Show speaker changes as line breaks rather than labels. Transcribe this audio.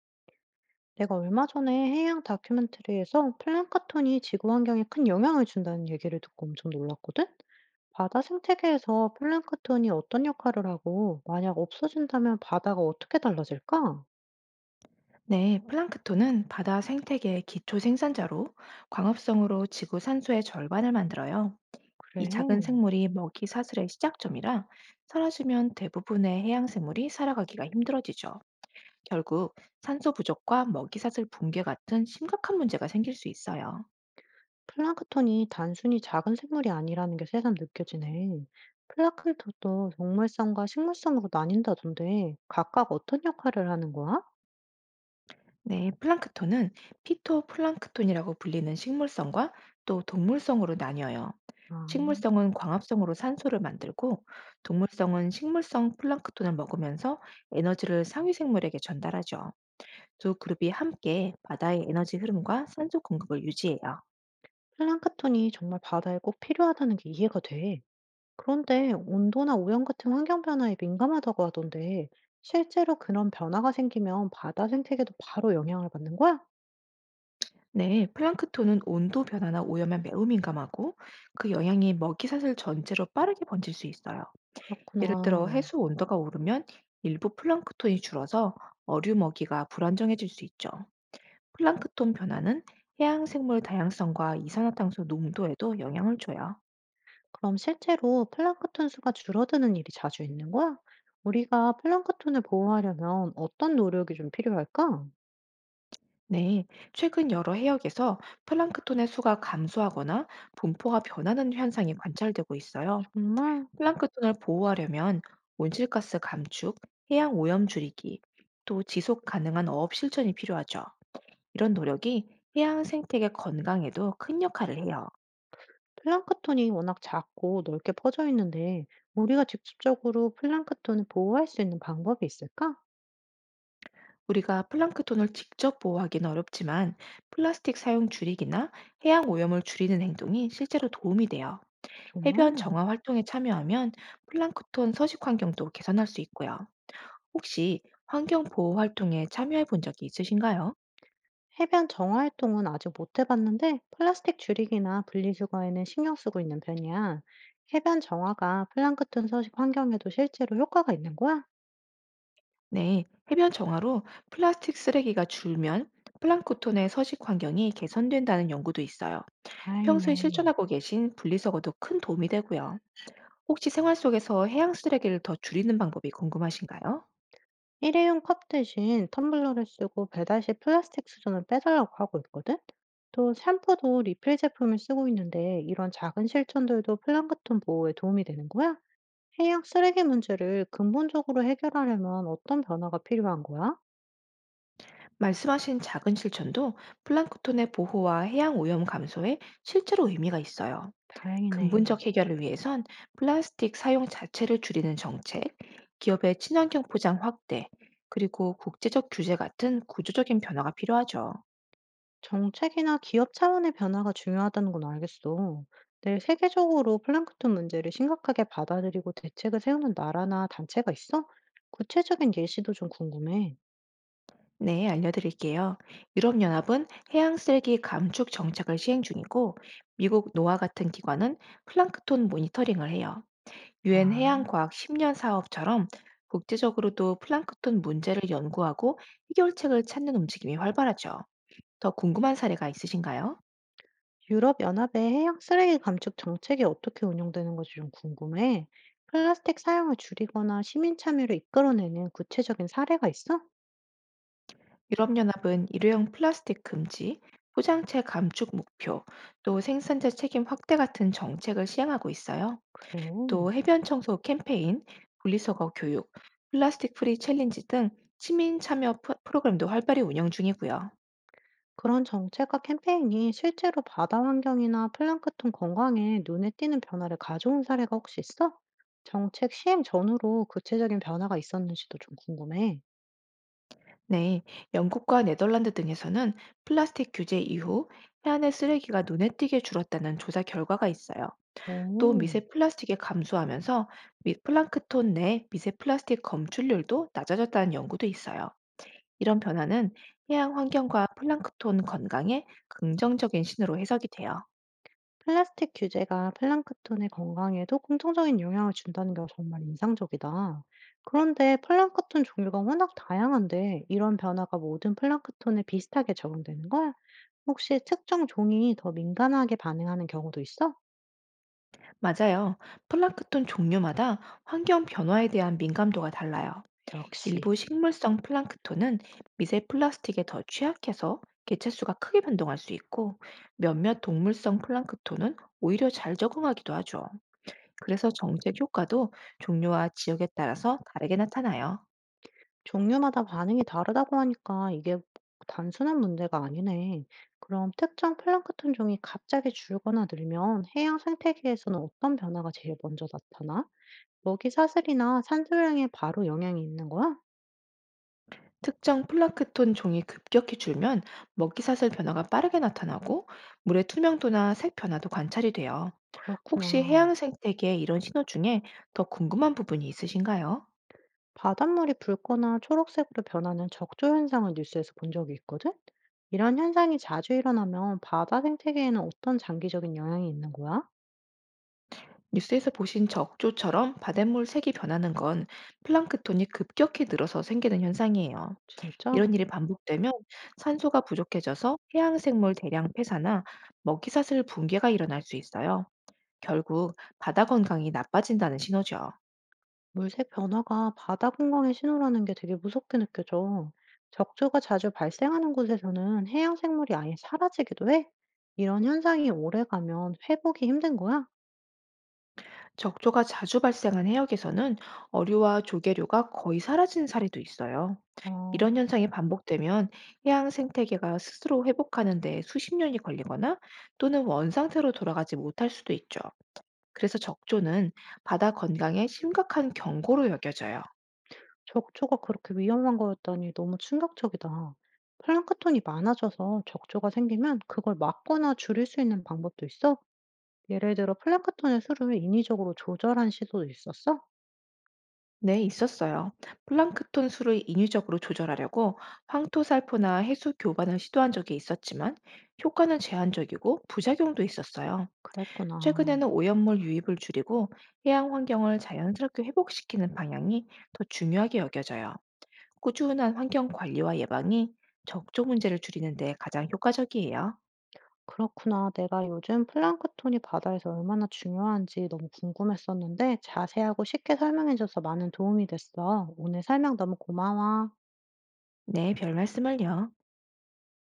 내가 얼마 전에 해양 다큐멘터리에서 플랑크톤이 지구 환경에 큰 영향을 준다는 얘기를 듣고 엄청 놀랐거든? 바다 생태계에서 플랑크톤이 어떤 역할을 하고, 만약 없어진다면 바다가 어떻게 달라질까?
네, 플랑크톤은 바다 생태계의 기초 생산자로 광합성으로 지구 산소의 절반을 만들어요. 이
그래.
작은 생물이 먹이 사슬의 시작점이라 사라지면 대부분의 해양 생물이 살아가기가 힘들어지죠. 결국 산소 부족과 먹이 사슬 붕괴 같은 심각한 문제가 생길 수 있어요.
플랑크톤이 단순히 작은 생물이 아니라는 게 새삼 느껴지네. 플랑크톤도 동물성과 식물성으로 나뉜다던데, 각각 어떤 역할을 하는 거야?
네, 플랑크톤은 피토플랑크톤이라고 불리는 식물성과 또 동물성으로 나뉘어요.
아,
식물성은 광합성으로 산소를 만들고, 동물성은 식물성 플랑크톤을 먹으면서 에너지를 상위 생물에게 전달하죠. 두 그룹이 함께 바다의 에너지 흐름과 산소 공급을 유지해요.
플랑크톤이 정말 바다에 꼭 필요하다는 게 이해가 돼. 그런데 온도나 오염 같은 환경 변화에 민감하다고 하던데, 실제로 그런 변화가 생기면 바다 생태계도 바로 영향을 받는 거야?
네, 플랑크톤은 온도 변화나 오염에 매우 민감하고, 그 영향이 먹이사슬 전체로 빠르게 번질 수 있어요. 예를 들어
그렇구나.
해수 온도가 오르면 일부 플랑크톤이 줄어서 어류 먹이가 불안정해질 수 있죠. 플랑크톤 변화는 해양 생물 다양성과 이산화탄소 농도에도 영향을 줘요.
그럼 실제로 플랑크톤 수가 줄어드는 일이 자주 있는 거야? 우리가 플랑크톤을 보호하려면 어떤 노력이 좀 필요할까?
네, 최근 여러 해역에서 플랑크톤의 수가 감소하거나 분포가 변하는 현상이 관찰되고 있어요.
정말
플랑크톤을 보호하려면 온실가스 감축, 해양 오염 줄이기, 또 지속 가능한 어업 실천이 필요하죠. 이런 노력이 해양 생태계 건강에도 큰 역할을 해요.
플랑크톤이 워낙 작고 넓게 퍼져 있는데, 우리가 직접적으로 플랑크톤을 보호할 수 있는 방법이 있을까?
우리가 플랑크톤을 직접 보호하기는 어렵지만 플라스틱 사용 줄이기나 해양 오염을 줄이는 행동이 실제로 도움이 돼요. 해변
정말?
정화 활동에 참여하면 플랑크톤 서식 환경도 개선할 수 있고요. 혹시 환경 보호 활동에 참여해 본 적이 있으신가요?
해변 정화활동은 아직 못 해봤는데 플라스틱 줄이기나 분리수거에는 신경 쓰고 있는 편이야. 해변 정화가 플랑크톤 서식 환경에도 실제로 효과가 있는 거야?
네, 해변 정화로 플라스틱 쓰레기가 줄면 플랑크톤의 서식 환경이 개선된다는 연구도 있어요. 평소에
다행이네.
실천하고 계신 분리수거도 큰 도움이 되고요. 혹시 생활 속에서 해양 쓰레기를 더 줄이는 방법이 궁금하신가요?
일회용 컵 대신 텀블러를 쓰고 배달 시 플라스틱 수저는 빼달라고 하고 있거든? 또 샴푸도 리필 제품을 쓰고 있는데 이런 작은 실천들도 플랑크톤 보호에 도움이 되는 거야? 해양 쓰레기 문제를 근본적으로 해결하려면 어떤 변화가 필요한 거야?
말씀하신 작은 실천도 플랑크톤의 보호와 해양 오염 감소에 실제로 의미가 있어요.
다행이네.
근본적 해결을 위해선 플라스틱 사용 자체를 줄이는 정책, 기업의 친환경 포장 확대, 그리고 국제적 규제 같은 구조적인 변화가 필요하죠.
정책이나 기업 차원의 변화가 중요하다는 건 알겠어. 근데 세계적으로 플랑크ton 문제를 심각하게 받아들이고 대책을 세우는 나라나 단체가 있어? 구체적인 예시도 좀 궁금해.
네, 알려드릴게요. 유럽연합은 해양 쓰레기 감축 정책을 시행 중이고, 미국 노아 같은 기관은 플랑크톤 모니터링을 해요. 유엔
아,
해양과학 10년 사업처럼 국제적으로도 플랑크톤 문제를 연구하고 해결책을 찾는 움직임이 활발하죠. 더 궁금한 사례가 있으신가요?
유럽연합의 해양 쓰레기 감축 정책이 어떻게 운영되는 건지 좀 궁금해. 플라스틱 사용을 줄이거나 시민 참여를 이끌어내는 구체적인 사례가 있어?
유럽연합은 일회용 플라스틱 금지, 포장체 감축 목표, 또 생산자 책임 확대 같은 정책을 시행하고 있어요.
그래.
또 해변 청소 캠페인, 분리수거 교육, 플라스틱 프리 챌린지 등 시민 참여 프로그램도 활발히 운영 중이고요.
그런 정책과 캠페인이 실제로 바다 환경이나 플랑크톤 건강에 눈에 띄는 변화를 가져온 사례가 혹시 있어? 정책 시행 전후로 구체적인 변화가 있었는지도 좀 궁금해.
네, 영국과 네덜란드 등에서는 플라스틱 규제 이후 해안의 쓰레기가 눈에 띄게 줄었다는 조사 결과가 있어요. 또
오,
미세 플라스틱이 감소하면서 플랑크톤 내 미세 플라스틱 검출률도 낮아졌다는 연구도 있어요. 이런 변화는 해양 환경과 플랑크톤 건강에 긍정적인 신호로 해석이 돼요.
플라스틱 규제가 플랑크톤의 건강에도 긍정적인 영향을 준다는 게 정말 인상적이다. 그런데 플랑크톤 종류가 워낙 다양한데 이런 변화가 모든 플랑크톤에 비슷하게 적용되는 거야? 혹시 특정 종이 더 민감하게 반응하는 경우도 있어?
맞아요. 플랑크톤 종류마다 환경 변화에 대한 민감도가 달라요.
역시.
일부 식물성 플랑크톤은 미세 플라스틱에 더 취약해서 개체수가 크게 변동할 수 있고 몇몇 동물성 플랑크톤은 오히려 잘 적응하기도 하죠. 그래서 정책 효과도 종류와 지역에 따라서 다르게 나타나요.
종류마다 반응이 다르다고 하니까 이게 단순한 문제가 아니네. 그럼 특정 플랑크톤 종이 갑자기 줄거나 늘면 해양 생태계에서는 어떤 변화가 제일 먼저 나타나? 먹이 사슬이나 산소량에 바로 영향이 있는 거야?
특정 플랑크톤 종이 급격히 줄면 먹이사슬 변화가 빠르게 나타나고 물의 투명도나 색 변화도 관찰이 돼요. 혹시
그렇구나.
해양 생태계 이런 신호 중에 더 궁금한 부분이 있으신가요?
바닷물이 붉거나 초록색으로 변하는 적조 현상을 뉴스에서 본 적이 있거든? 이런 현상이 자주 일어나면 바다 생태계에는 어떤 장기적인 영향이 있는 거야?
뉴스에서 보신 적조처럼 바닷물 색이 변하는 건 플랑크톤이 급격히 늘어서 생기는 현상이에요.
진짜?
이런 일이 반복되면 산소가 부족해져서 해양생물 대량 폐사나 먹이사슬 붕괴가 일어날 수 있어요. 결국 바다 건강이 나빠진다는 신호죠.
물색 변화가 바다 건강의 신호라는 게 되게 무섭게 느껴져. 적조가 자주 발생하는 곳에서는 해양 생물이 아예 사라지기도 해. 이런 현상이 오래가면 회복이 힘든 거야?
적조가 자주 발생한 해역에서는 어류와 조개류가 거의 사라진 사례도 있어요.
어,
이런 현상이 반복되면 해양 생태계가 스스로 회복하는 데 수십 년이 걸리거나 또는 원상태로 돌아가지 못할 수도 있죠. 그래서 적조는 바다 건강에 심각한 경고로 여겨져요.
적조가 그렇게 위험한 거였다니 너무 충격적이다. 플랑크톤이 많아져서 적조가 생기면 그걸 막거나 줄일 수 있는 방법도 있어? 예를 들어 플랑크톤의 수를 인위적으로 조절한 시도도 있었어?
네, 있었어요. 플랑크톤 수를 인위적으로 조절하려고 황토살포나 해수 교반을 시도한 적이 있었지만 효과는 제한적이고 부작용도 있었어요.
그랬구나.
최근에는 오염물 유입을 줄이고 해양 환경을 자연스럽게 회복시키는 방향이 더 중요하게 여겨져요. 꾸준한 환경 관리와 예방이 적조 문제를 줄이는 데 가장 효과적이에요.
그렇구나. 내가 요즘 플랑크톤이 바다에서 얼마나 중요한지 너무 궁금했었는데 자세하고 쉽게 설명해줘서 많은 도움이 됐어. 오늘 설명 너무 고마워.
네, 별 말씀을요.